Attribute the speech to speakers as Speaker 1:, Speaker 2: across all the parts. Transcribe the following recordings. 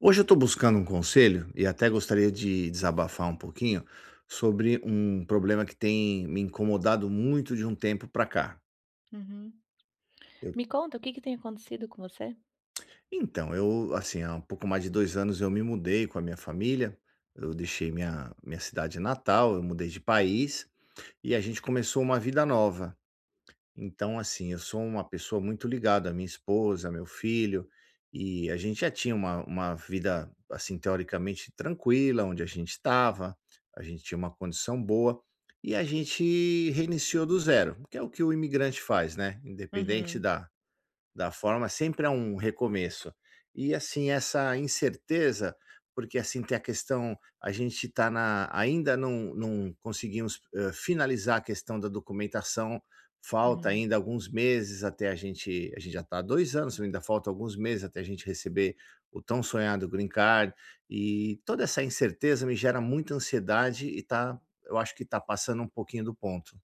Speaker 1: Hoje eu estou buscando um conselho e até gostaria de desabafar um pouquinho sobre um problema que tem me incomodado muito de um tempo para cá.
Speaker 2: Uhum.
Speaker 1: Eu-
Speaker 2: Me conta o que que tem acontecido com você?
Speaker 1: então, assim, há um pouco mais de 2 anos eu me mudei com a minha família. Eu deixei minha cidade natal, eu mudei de país e a gente começou uma vida nova. Então, assim, eu sou uma pessoa muito ligada à minha esposa, meu filho, e a gente já tinha uma vida, assim, teoricamente tranquila, onde a gente estava, a gente tinha uma condição boa, e a gente reiniciou do zero, que é o que o imigrante faz, né? Independente
Speaker 2: Uhum,
Speaker 1: da forma, sempre é um recomeço. E assim, essa incerteza, porque assim tem a questão, a gente está na ainda não conseguimos, finalizar a questão da documentação. Falta
Speaker 2: uhum.
Speaker 1: ainda alguns meses até a gente já está há 2 anos, ainda falta alguns meses até a gente receber o tão sonhado green card, e toda essa incerteza me gera muita ansiedade e está eu acho que está passando um pouquinho do ponto.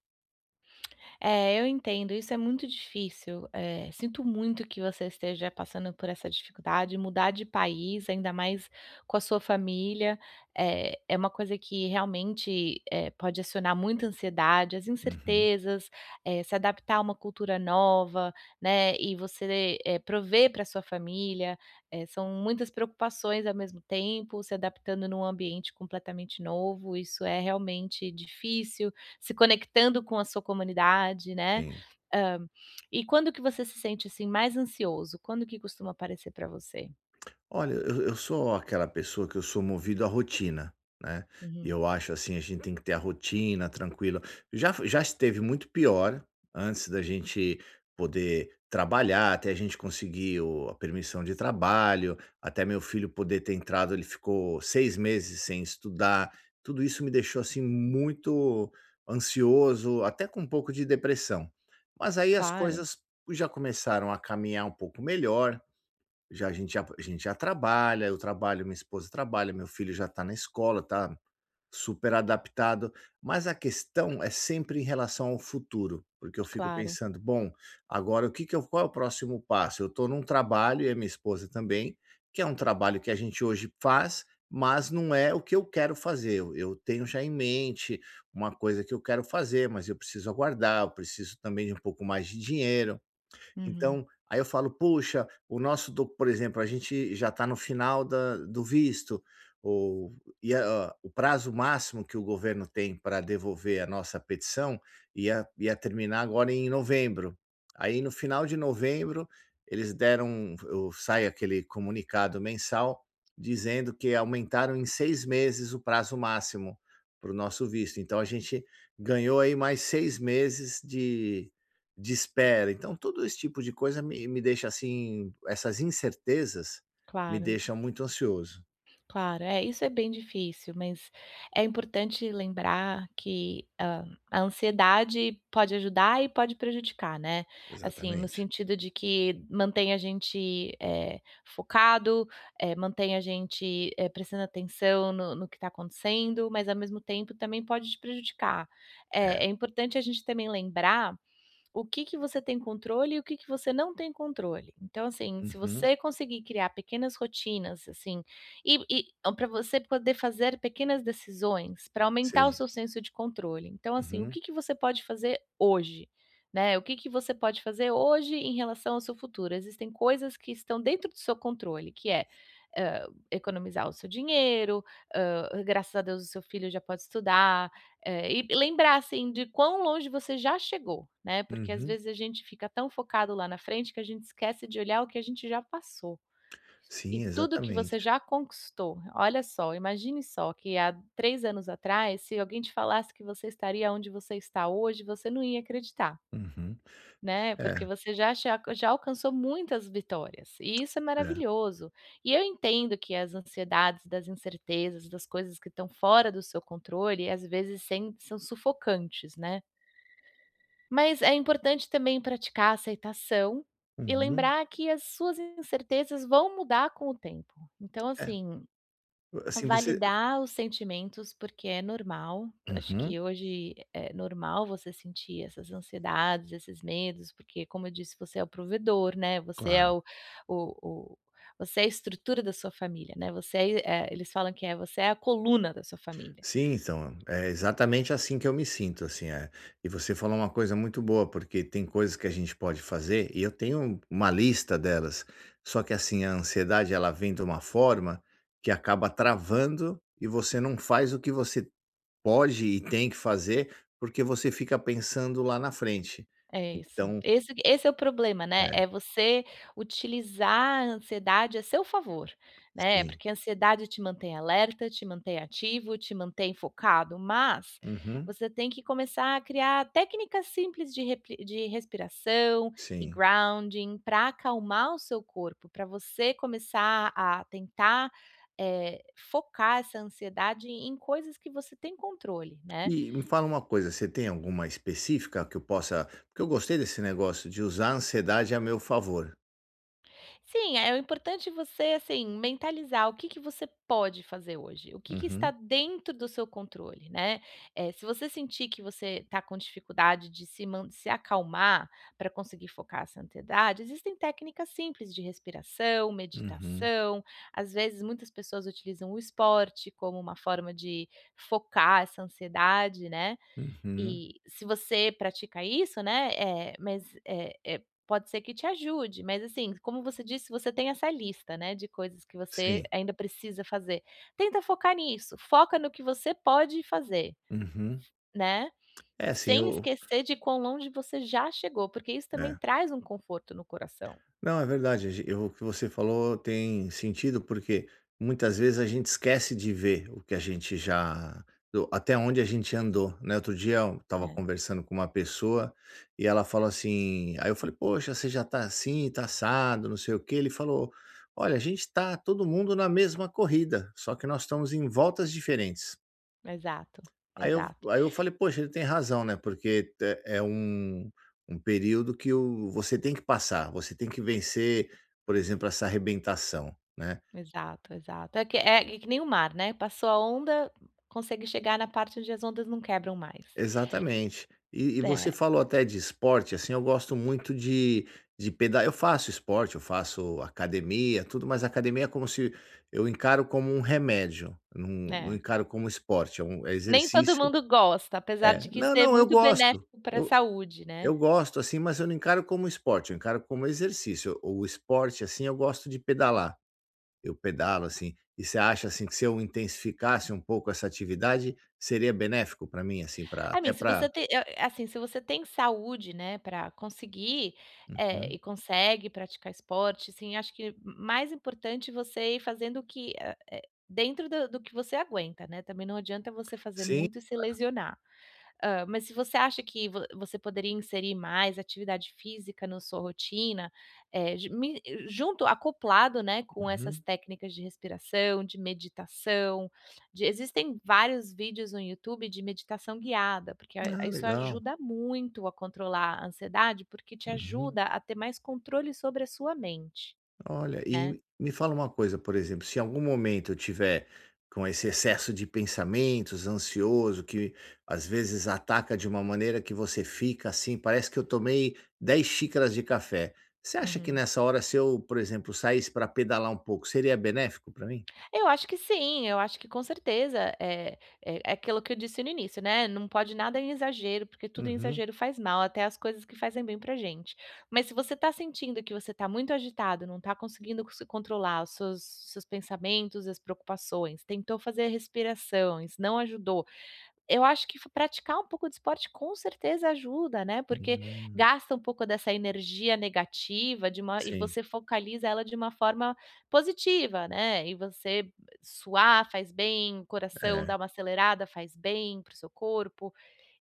Speaker 2: É, eu entendo, isso é muito difícil. Sinto muito que você esteja passando por essa dificuldade. Mudar de país, ainda mais com a sua família, é, uma coisa que realmente pode acionar muita ansiedade, as
Speaker 1: Uhum.
Speaker 2: incertezas, se adaptar a uma cultura nova, né? E você prover para sua família, são muitas preocupações ao mesmo tempo, se adaptando num ambiente completamente novo. Isso é realmente difícil se conectando com a sua comunidade, né. Hã, e quando que você se sente, assim, mais ansioso? Quando que costuma aparecer para você?
Speaker 1: Olha, eu sou aquela pessoa que eu sou movido à rotina, né, e
Speaker 2: Uhum.
Speaker 1: eu acho, assim, a gente tem que ter a rotina tranquila. Já fo já esteve muito pior, antes da gente poder trabalhar, até a gente conseguir o a permissão de trabalho, até meu filho poder ter entrado, ele ficou 6 meses sem estudar. Tudo isso me deixou, assim, muito ansioso, até com um pouco de depressão. Mas aí as
Speaker 2: Claro,
Speaker 1: coisas já começaram a caminhar um pouco melhor, já a gente já a gente já trabalha, eu trabalho, minha esposa trabalha, meu filho já está na escola, está super adaptado, mas a questão é sempre em relação ao futuro, porque eu fico
Speaker 2: claro.
Speaker 1: pensando: "Bom, agora o que que eu qual é o próximo passo?". Eu estou num trabalho, e a minha esposa também, que é um trabalho que a gente hoje faz, mas não é o que eu quero fazer. Eu tenho já em mente uma coisa que eu quero fazer, mas eu preciso aguardar, eu preciso também de um pouco mais de dinheiro.
Speaker 2: Uhum.
Speaker 1: Então, aí eu falo: "Puxa, o nosso do" por exemplo, a gente já está no final da do visto", ou e a o prazo máximo que o governo tem para devolver a nossa petição ia terminar agora em novembro. Aí, no final de novembro, eles deram eu sai aquele comunicado mensal dizendo que aumentaram em 6 meses o prazo máximo para o nosso visto. Então a gente ganhou aí mais 6 meses de espera. Então, todo esse tipo de coisa assim, essas incertezas me
Speaker 2: Claro.
Speaker 1: deixam muito ansioso.
Speaker 2: Claro, é, isso é bem difícil, mas é importante lembrar que a ansiedade pode ajudar e pode prejudicar, né. Assim, no
Speaker 1: Exatamente.
Speaker 2: sentido de que mantém a gente, focado, mantém a gente, prestando atenção no que está acontecendo, mas ao mesmo tempo também pode te prejudicar.
Speaker 1: É.
Speaker 2: É importante a gente também lembrar o que que você tem controle e o que que você não tem controle. Então, assim, se
Speaker 1: Uhum.
Speaker 2: você conseguir criar pequenas rotinas, assim, e, para você poder fazer pequenas decisões para aumentar o
Speaker 1: Sei.
Speaker 2: seu senso de controle. Então, assim, o
Speaker 1: Uhum.
Speaker 2: que que você pode fazer hoje? Né? O que, que você pode fazer hoje em relação ao seu futuro? Existem coisas que estão dentro do seu controle, que é economizar o seu dinheiro, ah, graças a Deus o seu filho já pode estudar, é, e lembrar, assim, de quão longe você já chegou, né, porque às
Speaker 1: Uhum.
Speaker 2: vezes a gente fica tão focado lá na frente que a gente esquece de olhar o que a gente já passou e
Speaker 1: Sim,
Speaker 2: tudo que você
Speaker 1: exatamente.
Speaker 2: já conquistou. Olha só, imagine só que há 3 anos atrás, se alguém te falasse que você estaria onde você está hoje, você não ia acreditar.
Speaker 1: Uhum.
Speaker 2: Né,
Speaker 1: É,
Speaker 2: porque você já alcançou muitas vitórias, e isso é
Speaker 1: é.
Speaker 2: maravilhoso. E eu entendo que as ansiedades das incertezas, das coisas que estão fora do seu controle, às vezes sem são sufocantes, né. Mas é importante também praticar a aceitação e
Speaker 1: Uhum.
Speaker 2: lembrar que as suas incertezas vão mudar com o tempo. Então,
Speaker 1: É.
Speaker 2: assim,
Speaker 1: Assim, você
Speaker 2: validar os sentimentos, porque é normal. Acho
Speaker 1: Uhum.
Speaker 2: que hoje é normal você sentir essas ansiedades, esses medos, porque, como eu disse, você é o provedor, né? Você é
Speaker 1: Claro.
Speaker 2: o, o- você é a estrutura da sua família, né? Você eles falam que é você é a coluna da sua família.
Speaker 1: Sim, então, é exatamente assim que eu me sinto, assim, é. E você falou uma coisa muito boa, porque tem coisas que a gente pode fazer, e eu tenho uma lista delas, só que, assim, a ansiedade ela vem de uma forma que acaba travando e você não faz o que você pode e tem que fazer, porque você fica pensando lá na frente.
Speaker 2: É isso.
Speaker 1: Então,
Speaker 2: Esse é o problema, né, é você utilizar a ansiedade a seu favor, né,
Speaker 1: sim.
Speaker 2: porque a ansiedade te mantém alerta, te mantém ativo, te mantém focado, mas
Speaker 1: Uhum,
Speaker 2: você tem que começar a criar técnicas simples de repli de respiração e
Speaker 1: sim.
Speaker 2: grounding para acalmar o seu corpo, para você começar a tentar, focar essa ansiedade em coisas que você tem controle, né.
Speaker 1: E me fala uma coisa, você tem alguma específica que eu possa, porque eu gostei desse negócio de usar a ansiedade a meu favor.
Speaker 2: Sim, é importante é você, assim, mentalizar o que que você pode fazer hoje, o que que está
Speaker 1: Uhum,
Speaker 2: dentro do seu controle, né. Se você sentir que você está com dificuldade de se acalmar para conseguir focar essa ansiedade, existem técnicas simples de respiração,
Speaker 1: uhum,
Speaker 2: meditação, às vezes muitas pessoas utilizam o esporte como uma forma de focar essa ansiedade, né.
Speaker 1: uhum.
Speaker 2: E se você pratica isso, né, mas, pode ser que te ajude, mas, assim, como você disse, você tem essa lista, né, de coisas que você
Speaker 1: Sim,
Speaker 2: ainda precisa fazer. Tenta focar nisso, foca no que você pode fazer,
Speaker 1: uhum.
Speaker 2: né,
Speaker 1: É, assim,
Speaker 2: sem
Speaker 1: eu
Speaker 2: esquecer de quão longe você já chegou, porque isso também
Speaker 1: é.
Speaker 2: traz um conforto no coração,
Speaker 1: Não, é verdade, agi eu, o que você falou tem sentido, porque muitas vezes a gente esquece de ver o que a gente já do até onde a gente andou, né. Outro dia eu estava
Speaker 2: né.
Speaker 1: conversando com uma pessoa e ela falou assim, aí eu falei: "Poxa, você já tá assim, tá assado, não sei o quê". Ele falou: "Olha, a gente tá todo mundo na mesma corrida, só que nós estamos em voltas diferentes".
Speaker 2: Exato,
Speaker 1: Aí eu
Speaker 2: exato,
Speaker 1: aí eu falei: "Poxa, ele tem razão, né, porque te é um período que o você tem que passar, você tem que vencer, por exemplo, essa arrebentação, né".
Speaker 2: exato, exato. É que é é que nem o mar, né, passou a onda, consegue chegar na parte onde as ondas não quebram mais.
Speaker 1: Exatamente. E
Speaker 2: É,
Speaker 1: você falou até de esporte, assim, eu gosto muito de peda eu faço esporte, eu faço academia, tudo, mas academia é como se eu encaro como um remédio, não
Speaker 2: é.
Speaker 1: encaro como esporte, é
Speaker 2: Nem todo
Speaker 1: exercício.
Speaker 2: mundo gosta, apesar
Speaker 1: É.
Speaker 2: de que
Speaker 1: Não,
Speaker 2: ser
Speaker 1: não, eu
Speaker 2: muito
Speaker 1: gosto.
Speaker 2: benéfico para a saúde, né.
Speaker 1: Eu gosto, assim, mas eu não encaro como esporte, eu encaro como exercício. O esporte, assim, eu gosto de pedalar. Eu pedalo, assim, e você acha, assim, que se eu intensificasse um pouco essa atividade, seria benéfico para mim, assim, para
Speaker 2: I
Speaker 1: até
Speaker 2: mean, se
Speaker 1: para
Speaker 2: você tem a assim, se você tem saúde, né, para conseguir,
Speaker 1: Uhum.
Speaker 2: e consegue praticar esporte, assim, acho que mais importante você ir fazendo o que, dentro do que você aguenta, né, também não adianta você fazer
Speaker 1: Sim.
Speaker 2: muito e se lesionar. Mas se você acha que vo você poderia inserir mais atividade física na sua rotina, eh, ju mi junto acoplado, né, com essas
Speaker 1: Uhum.
Speaker 2: técnicas de respiração, de meditação, de existem vários vídeos no YouTube de meditação guiada, porque a
Speaker 1: Ah,
Speaker 2: isso
Speaker 1: legal.
Speaker 2: ajuda muito a controlar a ansiedade, porque te
Speaker 1: Uhum.
Speaker 2: ajuda a ter mais controle sobre a sua mente,
Speaker 1: Olha,
Speaker 2: né.
Speaker 1: e me fala uma coisa, por exemplo, se em algum momento eu tiver com esse excesso de pensamentos, ansioso, que às vezes ataca de uma maneira que você fica assim, parece que eu tomei 10 xícaras de café. Você acha que
Speaker 2: Uhum.
Speaker 1: nessa hora, se eu, por exemplo, saísse para pedalar um pouco, seria benéfico para mim?
Speaker 2: Eu acho que sim, eu acho que com certeza, é é aquilo que eu disse no início, né, não pode nada em exagero, porque tudo em
Speaker 1: Uhum.
Speaker 2: exagero faz mal, até as coisas que fazem bem pra gente. Mas se você tá sentindo que você tá muito agitado, não tá conseguindo se controlar os seus pensamentos, as preocupações, tentou fazer respirações, não ajudou. Eu acho que praticar um pouco de esporte com certeza ajuda, né, porque
Speaker 1: Hum,
Speaker 2: gasta um pouco dessa energia negativa de uma e
Speaker 1: sim,
Speaker 2: você focaliza ela de uma forma positiva, né, e você suar faz bem, coração
Speaker 1: é,
Speaker 2: dá uma acelerada, faz bem para o seu corpo.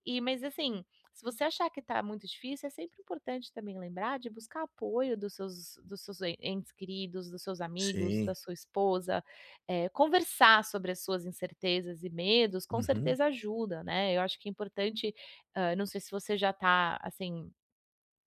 Speaker 2: E mas assim, se você achar que está muito difícil, é sempre importante também lembrar de buscar apoio dos seus en entes queridos, dos seus amigos, da
Speaker 1: sim.
Speaker 2: sua esposa, conversar sobre as suas incertezas e medos, com
Speaker 1: Uhum,
Speaker 2: certeza ajuda, né. Eu acho que é importante, não sei se você já está assim,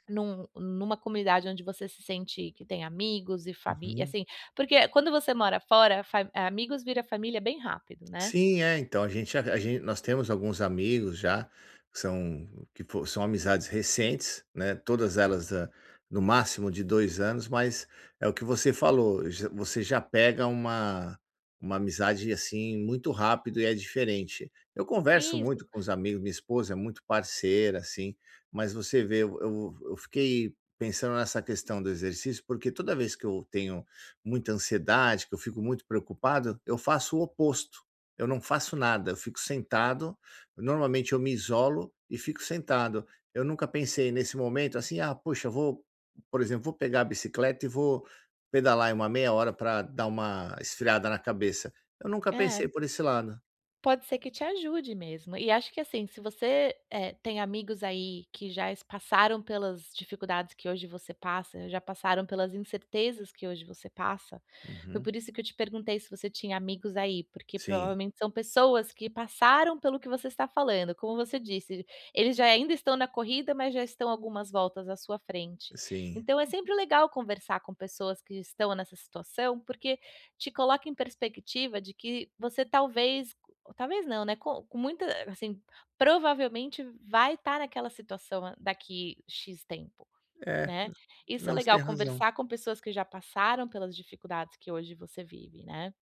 Speaker 2: numa comunidade onde você se sente que tem amigos e família,
Speaker 1: uhum.
Speaker 2: assim, porque quando você mora fora, fa amigos vira família bem rápido, né.
Speaker 1: Sim, é, então, a gente nós temos alguns amigos já, que são que fo são amizades recentes, né, todas elas da no máximo de 2 anos, mas é o que você falou, já você já pega uma amizade, assim, muito rápido e é diferente. Eu converso
Speaker 2: Isso.
Speaker 1: muito com os amigos, minha esposa é muito parceira, assim, mas você vê, eu fiquei pensando nessa questão do exercício, porque toda vez que eu tenho muita ansiedade, que eu fico muito preocupado, eu faço o oposto. Eu não faço nada, eu fico sentado, normalmente eu me isolo e fico sentado. Eu nunca pensei nesse momento assim: "Ah, poxa, vou, por exemplo, vou pegar a bicicleta e vou pedalar aí uma meia hora para dar uma esfriada na cabeça". Eu nunca
Speaker 2: É.
Speaker 1: pensei por esse lado.
Speaker 2: Pode ser que te ajude mesmo. E acho que assim, se você, tem amigos aí que já es passaram pelas dificuldades que hoje você passa, já passaram pelas incertezas que hoje você passa, foi
Speaker 1: Uhum.
Speaker 2: por isso que eu te perguntei se você tinha amigos aí, porque
Speaker 1: Sim,
Speaker 2: provavelmente são pessoas que passaram pelo que você está falando. Como você disse, eles já ainda estão na corrida, mas já estão algumas voltas à sua frente.
Speaker 1: sim.
Speaker 2: Então é sempre legal conversar com pessoas que estão nessa situação, porque te coloca em perspectiva de que você talvez. Talvez não, né, com muita assim, provavelmente vai estar naquela situação daqui "X" tempo,
Speaker 1: É,
Speaker 2: né. Isso é
Speaker 1: não, você
Speaker 2: legal,
Speaker 1: tem razão.
Speaker 2: conversar com pessoas que já passaram pelas dificuldades que hoje você vive, né.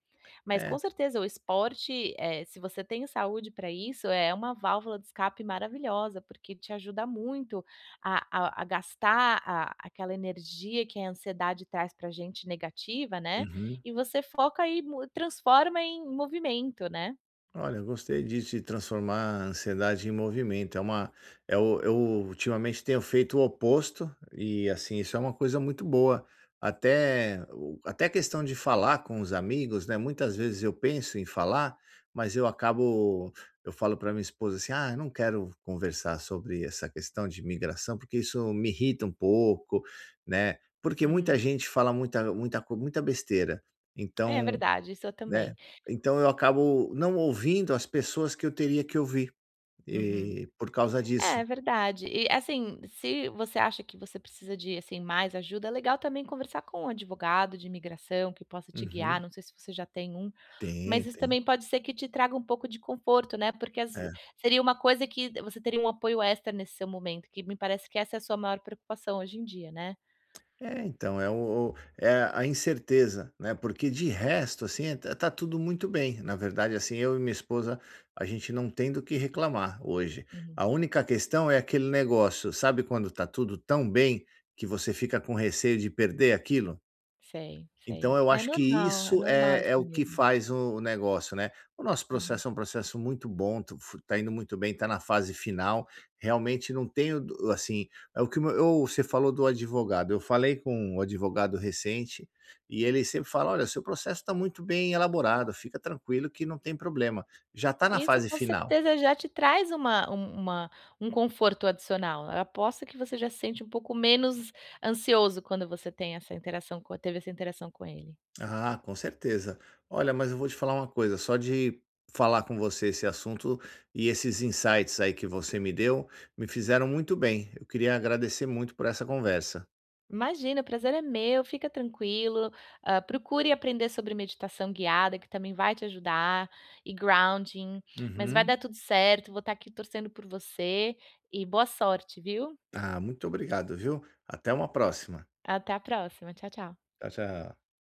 Speaker 2: Mas
Speaker 1: É.
Speaker 2: com certeza o esporte, se você tem saúde para isso, é uma válvula de escape maravilhosa, porque te ajuda muito a gastar a aquela energia que a ansiedade traz para gente negativa, né,
Speaker 1: Uhum.
Speaker 2: e você foca e mu transforma em movimento, né.
Speaker 1: Olha, eu gostei disso de transformar a ansiedade em movimento. É uma, é Eu ultimamente tenho feito o oposto e, assim, isso é uma coisa muito boa. Até a questão de falar com os amigos, né? Muitas vezes eu penso em falar, mas eu falo para minha esposa assim: Eu não quero conversar sobre essa questão de migração porque isso me irrita um pouco, né? Porque muita
Speaker 2: Uhum.
Speaker 1: gente fala muita, muita, muita besteira".
Speaker 2: É
Speaker 1: Então
Speaker 2: verdade, isso eu
Speaker 1: né,
Speaker 2: também.
Speaker 1: então eu acabo não ouvindo as pessoas que eu teria que ouvir,
Speaker 2: Uhum.
Speaker 1: por causa
Speaker 2: É, é
Speaker 1: disso.
Speaker 2: verdade. E, assim, se você acha que você precisa de, assim, mais ajuda, é legal também conversar com um advogado de imigração que possa te guiar,
Speaker 1: Uhum.
Speaker 2: não sei se você já tem um,
Speaker 1: Tem,
Speaker 2: mas isso
Speaker 1: tem.
Speaker 2: também pode ser que te traga um pouco de conforto, né, porque às
Speaker 1: É.
Speaker 2: seria uma coisa que você teria um apoio extra nesse seu momento, que me parece que essa é a sua maior preocupação hoje em dia, né?
Speaker 1: É, então, é o é a incerteza, né, porque de resto, assim, tá tudo muito bem. Na verdade, assim, eu e minha esposa, a gente não tem do que reclamar hoje.
Speaker 2: Uhum.
Speaker 1: A única questão é aquele negócio, sabe quando tá tudo tão bem que você fica com receio de perder aquilo?
Speaker 2: Sei, sei.
Speaker 1: Então eu acho que
Speaker 2: É
Speaker 1: isso
Speaker 2: normal
Speaker 1: é
Speaker 2: esse
Speaker 1: o que
Speaker 2: medo.
Speaker 1: faz o negócio, né. O nosso
Speaker 2: Uhum.
Speaker 1: processo é um processo muito bom, tu fu tá indo muito bem, tá na fase final, realmente não tenho do, assim, é o que o meu eu você falou do advogado, eu falei com um advogado recente, e ele sempre fala: "Olha, seu processo está muito bem elaborado, fica tranquilo que não tem problema, já está na
Speaker 2: Isso
Speaker 1: fase
Speaker 2: com
Speaker 1: final".
Speaker 2: certeza já te traz uma um conforto adicional. Eu aposto que você já se sente um pouco menos ansioso quando você tem essa interação com teve essa interação com ele.
Speaker 1: Ah, com certeza. Olha, mas eu vou te falar uma coisa, só de falar com você esse assunto e esses insights aí que você me deu, me fizeram muito bem. Eu queria agradecer muito por essa conversa.
Speaker 2: Imagina, o prazer é meu, fica tranquilo, procure aprender sobre meditação guiada, que também vai te ajudar, e grounding, mas vai
Speaker 1: Uhum.
Speaker 2: dar tudo certo, vou estar aqui torcendo por você, e boa sorte, viu.
Speaker 1: Ah, muito obrigado, viu? Até uma próxima.
Speaker 2: Até a próxima, tchau, tchau.
Speaker 1: Tchau, tchau.